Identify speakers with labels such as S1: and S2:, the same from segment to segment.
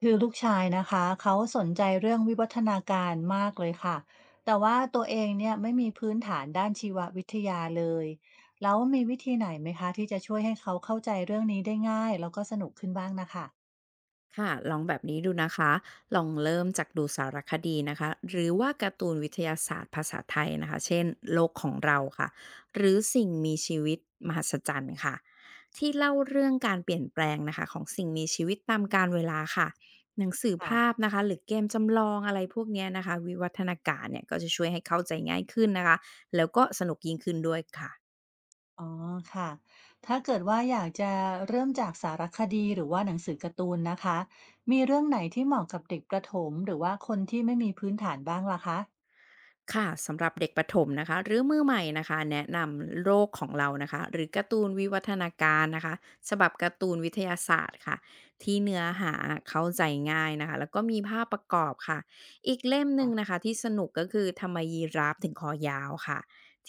S1: คือลูกชายนะคะเขาสนใจเรื่องวิวัฒนาการมากเลยค่ะแต่ว่าตัวเองเนี่ยไม่มีพื้นฐานด้านชีววิทยาเลยแล้วมีวิธีไหนไหมคะที่จะช่วยให้เขาเข้าใจเรื่องนี้ได้ง่ายแล้วก็สนุกขึ้นบ้างนะคะ
S2: ค่ะลองแบบนี้ดูนะคะลองเริ่มจากดูสารคดีนะคะหรือว่าการ์ตูนวิทยาศาสตร์ภาษาไทยนะคะเช่นโลกของเราค่ะหรือสิ่งมีชีวิตมหัศจรรย์ค่ะที่เล่าเรื่องการเปลี่ยนแปลงนะคะของสิ่งมีชีวิตตามกาลเวลาค่ะหนังสือ
S1: ค่ะ
S2: ภาพนะคะหรือเกมจำลองอะไรพวกเนี้ยนะคะวิวัฒนาการเนี่ยก็จะช่วยให้เข้าใจง่ายขึ้นนะคะแล้วก็สนุกยิ่งขึ้นด้วยค่ะ
S1: อ๋อค่ะถ้าเกิดว่าอยากจะเริ่มจากสารคดีหรือว่าหนังสือการ์ตูนนะคะมีเรื่องไหนที่เหมาะกับเด็กประถมหรือว่าคนที่ไม่มีพื้นฐานบ้างล่ะคะ
S2: ค่ะสำหรับเด็กประถมนะคะหรือมือใหม่นะคะแนะนำโลกของเรานะคะหรือการ์ตูนวิวัฒนาการนะคะฉบับการ์ตูนวิทยาศาสตร์ค่ะที่เนื้อหาเข้าใจง่ายนะคะแล้วก็มีภาพประกอบค่ะอีกเล่มหนึ่งนะคะที่สนุกก็คือทำไมยีราฟถึงคอยาวค่ะ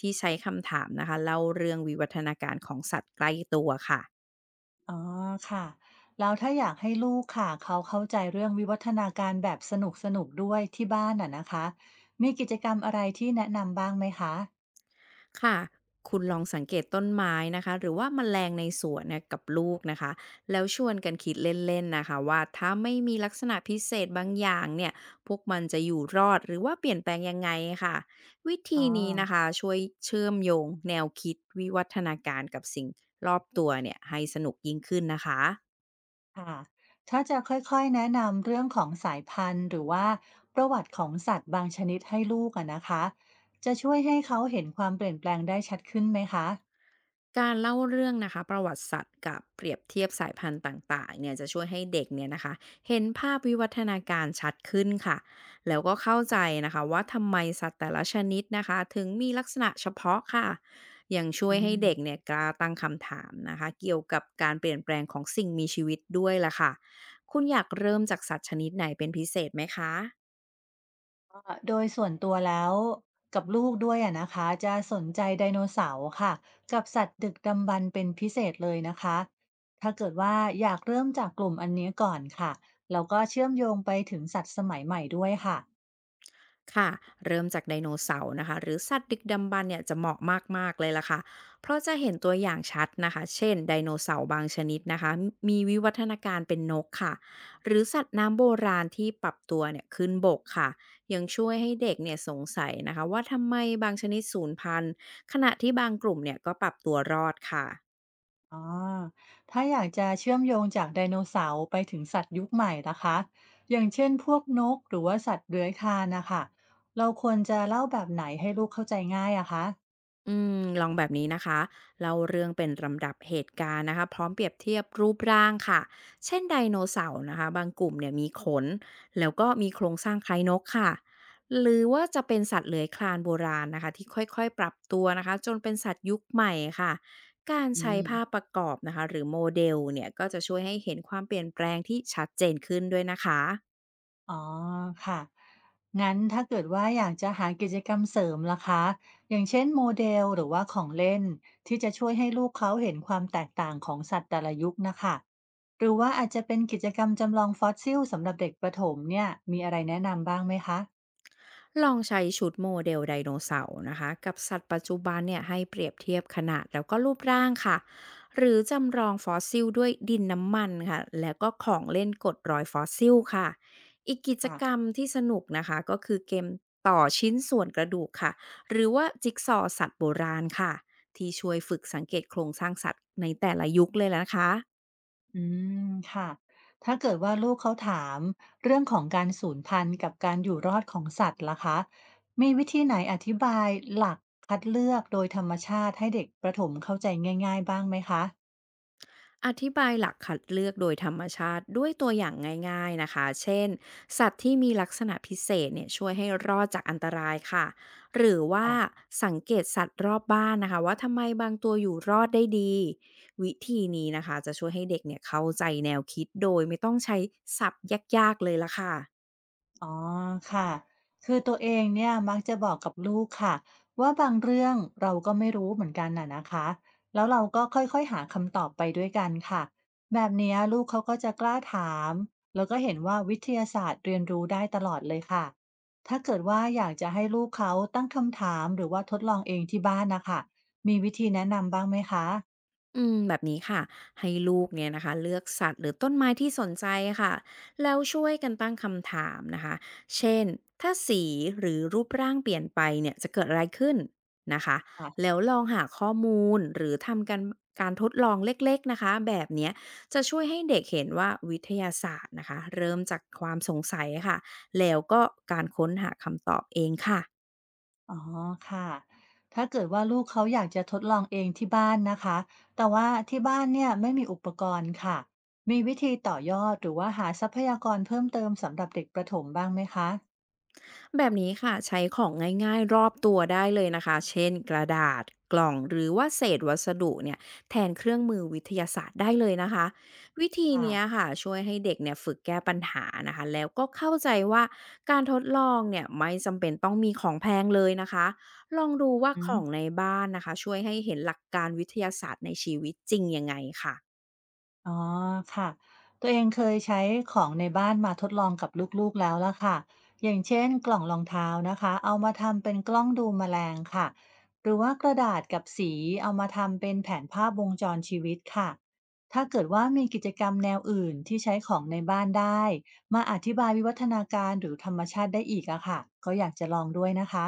S2: ที่ใช้คำถามนะคะเล่าเรื่องวิวัฒนาการของสัตว์ใกล้ตัวค่ะ
S1: อ๋อค่ะแล้วถ้าอยากให้ลูกค่ะเขาเข้าใจเรื่องวิวัฒนาการแบบสนุกๆด้วยที่บ้านอะนะคะมีกิจกรรมอะไรที่แนะนำบ้างไหมคะ
S2: ค่ะคุณลองสังเกตต้นไม้นะคะ หรือว่าแมลงในสวนเนี่ยกับลูกนะคะ แล้วชวนกันคิดเล่นๆนะคะว่าถ้าไม่มีลักษณะพิเศษบางอย่างเนี่ยพวกมันจะอยู่รอดหรือว่าเปลี่ยนแปลงยังไงค่ะวิ
S1: อ๋
S2: ธี
S1: อ
S2: นี้นะคะช่วยเชื่อมโยงแนวคิดวิวัฒนาการกับสิ่งรอบตัวเนี่ยให้สนุกยิ่งขึ้นนะคะ
S1: ค่ะถ้าจะค่อยๆแนะนำเรื่องของสายพันธุ์หรือว่าประวัติของสัตว์บางชนิดให้ลูกอะนะคะจะช่วยให้เขาเห็นความเปลี่ยนแปลงได้ชัดขึ้นไหมคะ
S2: การเล่าเรื่องนะคะประวัติศาสตร์กับเปรียบเทียบสายพันธุ์ต่างๆเนี่ยจะช่วยให้เด็กเนี่ยนะคะเห็นภาพวิวัฒนาการชัดขึ้นค่ะแล้วก็เข้าใจนะคะว่าทำไมสัตว์แต่ละชนิดนะคะถึงมีลักษณะเฉพาะค่ะยังช่ว
S1: อื
S2: ยให้เด็ก
S1: ม
S2: เนี่ยกล้าตั้งคำถามนะคะเกี่ยวกับการเปลี่ยนแปลงของสิ่งมีชีวิตด้วยล่ะค่ะคุณอยากเริ่มจากสัตว์ชนิดไหนเป็นพิเศษไหมคะ
S1: โดยส่วนตัวแล้วกับลูกด้วยอะนะคะจะสนใจไดโนเสาร์ค่ะกับสัตว์ดึกดำบรรพ์เป็นพิเศษเลยนะคะถ้าเกิดว่าอยากเริ่มจากกลุ่มอันนี้ก่อนค่ะแล้วก็เชื่อมโยงไปถึงสัตว์สมัยใหม่ด้วยค่ะ
S2: ค่ะเริ่มจากไดโนเสาร์นะคะหรือสัตว์ดึกดำบรรพ์เนี่ยจะเหมาะมากๆเลยล่ะค่ะเพราะจะเห็นตัวอย่างชัดนะคะเช่นไดโนเสาร์บางชนิดนะคะมีวิวัฒนาการเป็นนกค่ะหรือสัตว์น้ำโบราณที่ปรับตัวเนี่ยขึ้นบกค่ะยังช่วยให้เด็กเนี่ยสงสัยนะคะว่าทำไมบางชนิดสูญพันธุ์ขณะที่บางกลุ่มเนี่ยก็ปรับตัวรอดค่ะ
S1: อ๋อถ้าอยากจะเชื่อมโยงจากไดโนเสาร์ไปถึงสัตว์ยุคใหม่นะคะอย่างเช่นพวกนกหรือว่าสัตว์เลื้อยคลานนะคะเราควรจะเล่าแบบไหนให้ลูกเข้าใจง่ายอะคะ
S2: อืมลองแบบนี้นะคะเล่าเรื่องเป็นลำดับเหตุการณ์นะคะพร้อมเปรียบเทียบรูปร่างค่ะเช่นไดโนเสาร์นะคะบางกลุ่มเนี่ยมีขนแล้วก็มีโครงสร้างคล้ายนกค่ะหรือว่าจะเป็นสัตว์เลื้อยคลานโบราณนะคะที่ค่อยๆปรับตัวนะคะจนเป็นสัตว์ยุคใหม่ค่ะการ
S1: อื
S2: ใช้
S1: ม
S2: ภาพประกอบนะคะหรือโมเดลเนี่ยก็จะช่วยให้เห็นความเปลี่ยนแปลงที่ชัดเจนขึ้นด้วยนะคะ
S1: อ๋อค่ะงั้นถ้าเกิดว่าอยากจะหากิจกรรมเสริมล่ะคะอย่างเช่นโมเดลหรือว่าของเล่นที่จะช่วยให้ลูกเขาเห็นความแตกต่างของสัตว์แต่ละยุคนะคะหรือว่าอาจจะเป็นกิจกรรมจำลองฟอสซิลสำหรับเด็กประถมเนี่ยมีอะไรแนะนำบ้างไหมคะ
S2: ลองใช้ชุดโมเดลไดโนเสาร์นะคะกับสัตว์ปัจจุบันเนี่ยให้เปรียบเทียบขนาดแล้วก็รูปร่างค่ะหรือจำลองฟอสซิลด้วยดินน้ำมันค่ะแล้วก็ของเล่นกดรอยฟอสซิลค่ะอีกกิจ
S1: ค่ะ
S2: กรรมที่สนุกนะคะก็คือเกมต่อชิ้นส่วนกระดูกค่ะหรือว่าจิ๊กซอว์สัตว์โบราณค่ะที่ช่วยฝึกสังเกตโครงสร้างสัตว์ในแต่ละยุคเลยนะคะ
S1: อืมค่ะถ้าเกิดว่าลูกเขาถามเรื่องของการสูญพันธุ์กับการอยู่รอดของสัตว์ล่ะคะมีวิธีไหนอธิบายหลักคัดเลือกโดยธรรมชาติให้เด็กประถมเข้าใจง่ายๆบ้างไหมคะ
S2: อธิบายหลักคัดเลือกโดยธรรมชาติด้วยตัวอย่างง่ายๆนะคะ เช่นสัตว์ที่มีลักษณะพิเศษเนี่ยช่วยให้รอดจากอันตรายค่ะ หรือว่า
S1: ค่ะ
S2: สังเกตสัตว์รอบบ้านนะคะว่าทำไมบางตัวอยู่รอดได้ดี วิธีนี้นะคะจะช่วยให้เด็กเนี่ยเข้าใจแนวคิดโดยไม่ต้องใช้ศัพท์ยากๆเลยละค่ะ
S1: อ๋อค่ะคือตัวเองเนี่ยมักจะบอกกับลูกค่ะว่าบางเรื่องเราก็ไม่รู้เหมือนกันน่ะนะคะแล้วเราก็ค่อยๆหาคำตอบไปด้วยกันค่ะแบบเนี้ยลูกเขาก็จะกล้าถามแล้วก็เห็นว่าวิทยาศาสตร์เรียนรู้ได้ตลอดเลยค่ะถ้าเกิดว่าอยากจะให้ลูกเขาตั้งคำถามหรือว่าทดลองเองที่บ้านนะคะมีวิธีแนะนำบ้างไหมคะ
S2: อืมแบบนี้ค่ะให้ลูกเนี่ยนะคะเลือกสัตว์หรือต้นไม้ที่สนใจค่ะแล้วช่วยกันตั้งคำถามนะคะเช่นถ้าสีหรือรูปร่างเปลี่ยนไปเนี่ยจะเกิดอะไรขึ้นนะคะแล้วลองหาข้อมูลหรือทำการทดลองเล็กๆนะคะแบบเนี้ยจะช่วยให้เด็กเห็นว่าวิทยาศาสตร์นะคะเริ่มจากความสงสัยค่ะแล้วก็การค้นหาคำตอบเองค่ะ
S1: อ๋อค่ะ ถ้าเกิดว่าลูกเขาอยากจะทดลองเองที่บ้านนะคะ แต่ว่าที่บ้านเนี่ยไม่มีอุปกรณ์ค่ะ มีวิธีต่อยอดหรือว่าหาทรัพยากรเพิ่มเติมสำหรับเด็กประถมบ้างไหมคะ
S2: แบบนี้ค่ะใช้ของง่ายๆรอบตัวได้เลยนะคะเช่นกระดาษกล่องหรือว่าเศษวัสดุเนี่ยแทนเครื่องมือวิทยาศาสตร์ได้เลยนะคะวิธี
S1: ค่ะ
S2: เนี้ยค่ะช่วยให้เด็กเนี่ยฝึกแก้ปัญหานะคะแล้วก็เข้าใจว่าการทดลองเนี่ยไม่จำเป็นต้องมีของแพงเลยนะคะลองดูว่า
S1: อื
S2: ของ
S1: ม
S2: ในบ้านนะคะช่วยให้เห็นหลักการวิทยาศาสตร์ในชีวิตจริงยังไงค่ะ
S1: อ๋อค่ะตัวเองเคยใช้ของในบ้านมาทดลองกับลูกๆแล้วล่ะค่ะอย่างเช่นกล่องรองเท้านะคะเอามาทำเป็นกล้องดูแมลงค่ะหรือว่ากระดาษกับสีเอามาทำเป็นแผนภาพวงจรชีวิตค่ะถ้าเกิดว่ามีกิจกรรมแนวอื่นที่ใช้ของในบ้านได้มาอธิบายวิวัฒนาการหรือธรรมชาติได้อีกอะค่ะก็อยากจะลองด้วยนะคะ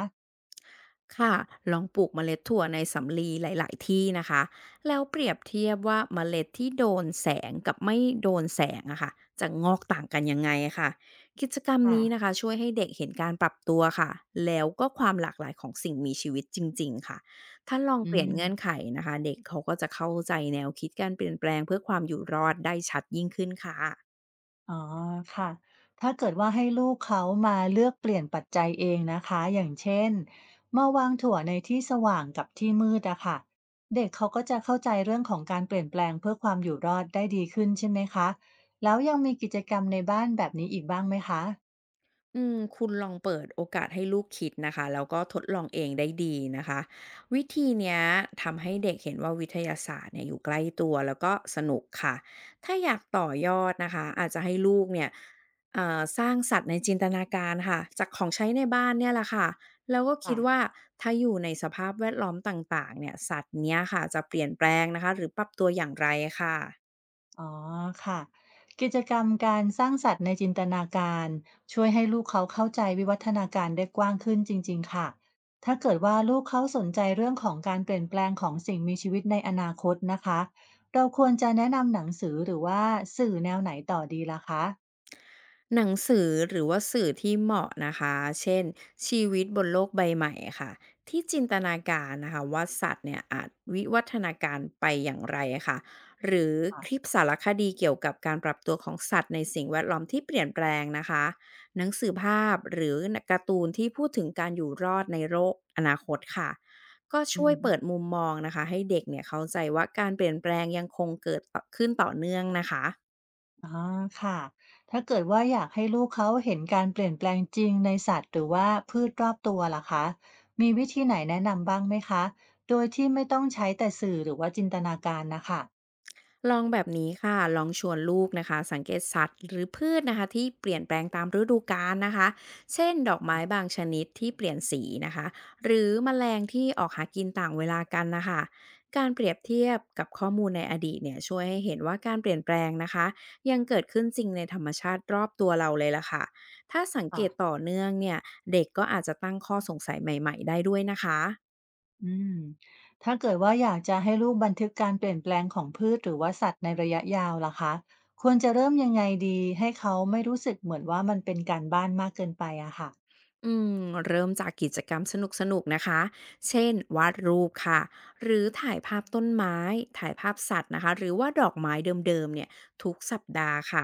S2: ค่ะลองปลูกเมล็ดถั่วในสำลีหลายๆที่นะคะแล้วเปรียบเทียบว่าเมล็ดที่โดนแสงกับไม่โดนแสงอะค่ะจะงอกต่างกันยังไงค่ะกิจกรรม
S1: ค่ะ
S2: นี้นะคะช่วยให้เด็กเห็นการปรับตัวค่ะแล้วก็ความหลากหลายของสิ่งมีชีวิตจริงๆค่ะถ้าลอง
S1: อื
S2: เปลี่ยน
S1: ม
S2: เงื่อนไขนะคะเด็กเขาก็จะเข้าใจแนวคิดการเปลี่ยนแปลงเพื่อความอยู่รอดได้ชัดยิ่งขึ้นค่ะ
S1: อ๋อค่ะ ถ้าเกิดว่าให้ลูกเขามาเลือกเปลี่ยนปัจจัยเองนะคะ อย่างเช่นมาวางถั่วในที่สว่างกับที่มืดอะค่ะเด็กเขาก็จะเข้าใจเรื่องของการเปลี่ยนแปลงเพื่อความอยู่รอดได้ดีขึ้นใช่ไหมคะ แล้วยังมีกิจกรรมในบ้านแบบนี้อีกบ้างไหมคะ
S2: อืมคุณลองเปิดโอกาสให้ลูกคิดนะคะแล้วก็ทดลองเองได้ดีนะคะวิธีเนี้ยทำให้เด็กเห็นว่าวิทยาศาสตร์เนี่ยอยู่ใกล้ตัวแล้วก็สนุกค่ะถ้าอยากต่อยอดนะคะอาจจะให้ลูกเนี่ยสร้างสัตว์ในจินตนาการค่ะจากของใช้ในบ้านเนี่ยแหละค่ะแล้วก็คิ
S1: ค่ะ
S2: ดว่าถ้าอยู่ในสภาพแวดล้อมต่างๆเนี่ยสัตว์เนี้ยค่ะจะเปลี่ยนแปลงนะคะหรือปรับตัวอย่างไรค่ะ
S1: อ๋อค่ะกิจกรรมการสร้างสรรค์ในจินตนาการช่วยให้ลูกเขาเข้าใจวิวัฒนาการได้กว้างขึ้นจริงๆค่ะถ้าเกิดว่าลูกเขาสนใจเรื่องของการเปลี่ยนแปลงของสิ่งมีชีวิตในอนาคตนะคะเราควรจะแนะนำหนังสือหรือว่าสื่อแนวไหนต่อดีล่ะคะ
S2: หนังสือหรือว่าสื่อที่เหมาะนะคะเช่นชีวิตบนโลกใบใหม่ค่ะที่จินตนาการนะคะว่าสัตว์เนี่ยอาจวิวัฒนาการไปอย่างไรค่ะหรือคลิปสารคดีเกี่ยวกับการปรับตัวของสัตว์ในสิ่งแวดล้อมที่เปลี่ยนแปลงนะคะหนังสือภาพหรือการ์ตูนที่พูดถึงการอยู่รอดในโลกอนาคตค่ะก็
S1: อื
S2: ช่วย
S1: ม
S2: เปิดมุมมองนะคะให้เด็กเนี่ยเข้าใจว่าการเปลี่ยนแปลงยังคงเกิดต่อขึ้นต่อเนื่องนะคะ
S1: อ๋อค่ะ ถ้าเกิดว่าอยากให้ลูกเขาเห็นการเปลี่ยนแปลงจริงในสัตว์หรือว่าพืชรอบตัวล่ะคะ มีวิธีไหนแนะนำบ้างไหมคะ โดยที่ไม่ต้องใช้แต่สื่อหรือว่าจินตนาการนะคะ
S2: ลองแบบนี้ค่ะลองชวนลูกนะคะสังเกตสัตว์หรือพืชนะคะที่เปลี่ยนแปลงตามฤดูกาลนะคะเช่นดอกไม้บางชนิดที่เปลี่ยนสีนะคะหรือแมลงที่ออกหากินต่างเวลากันนะคะการเปรียบเทียบกับข้อมูลในอดีตเนี่ยช่วยให้เห็นว่าการเปลี่ยนแปลงนะคะยังเกิดขึ้นจริงในธรรมชาติรอบตัวเราเลยล่ะค่ะถ้าสังเก
S1: ค่ะ
S2: ตต่อเนื่องเนี่ยเด็กก็อาจจะตั้งข้อสงสัยใหม่ๆได้ด้วยนะคะ
S1: อืม ถ้าเกิดว่าอยากจะให้ลูกบันทึกการเปลี่ยนแปลงของพืชหรือว่าสัตว์ในระยะยาวล่ะคะ ควรจะเริ่มยังไงดีให้เขาไม่รู้สึกเหมือนว่ามันเป็นการบ้านมากเกินไปอะค่ะ
S2: อืมเริ่มจากกิจกรรมสนุกๆนะคะเช่นวาดรูปค่ะหรือถ่ายภาพต้นไม้ถ่ายภาพสัตว์นะคะหรือว่าดอกไม้เดิมๆเนี่ยทุกสัปดาห์ค่ะ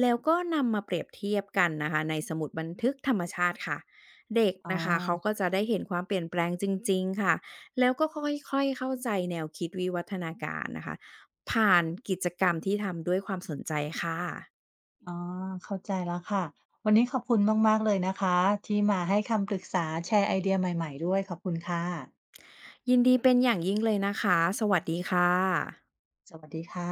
S2: แล้วก็นำมาเปรียบเทียบกันนะคะในสมุดบันทึกธรรมชาติค่ะเด็ก
S1: อ๋อ
S2: นะคะเขาก็จะได้เห็นความเปลี่ยนแปลงจริงๆค่ะแล้วก็ค่อยๆเข้าใจแนวคิดวิวัฒนาการนะคะผ่านกิจกรรมที่ทำด้วยความสนใจค่ะ
S1: อ๋อเข้าใจแล้วค่ะวันนี้ขอบคุณมากๆเลยนะคะที่มาให้คำปรึกษาแชร์ไอเดียใหม่ๆด้วยขอบคุณค่ะ
S2: ยินดีเป็นอย่างยิ่งเลยนะคะสวัสดีค่ะ
S1: สวัสดีค่ะ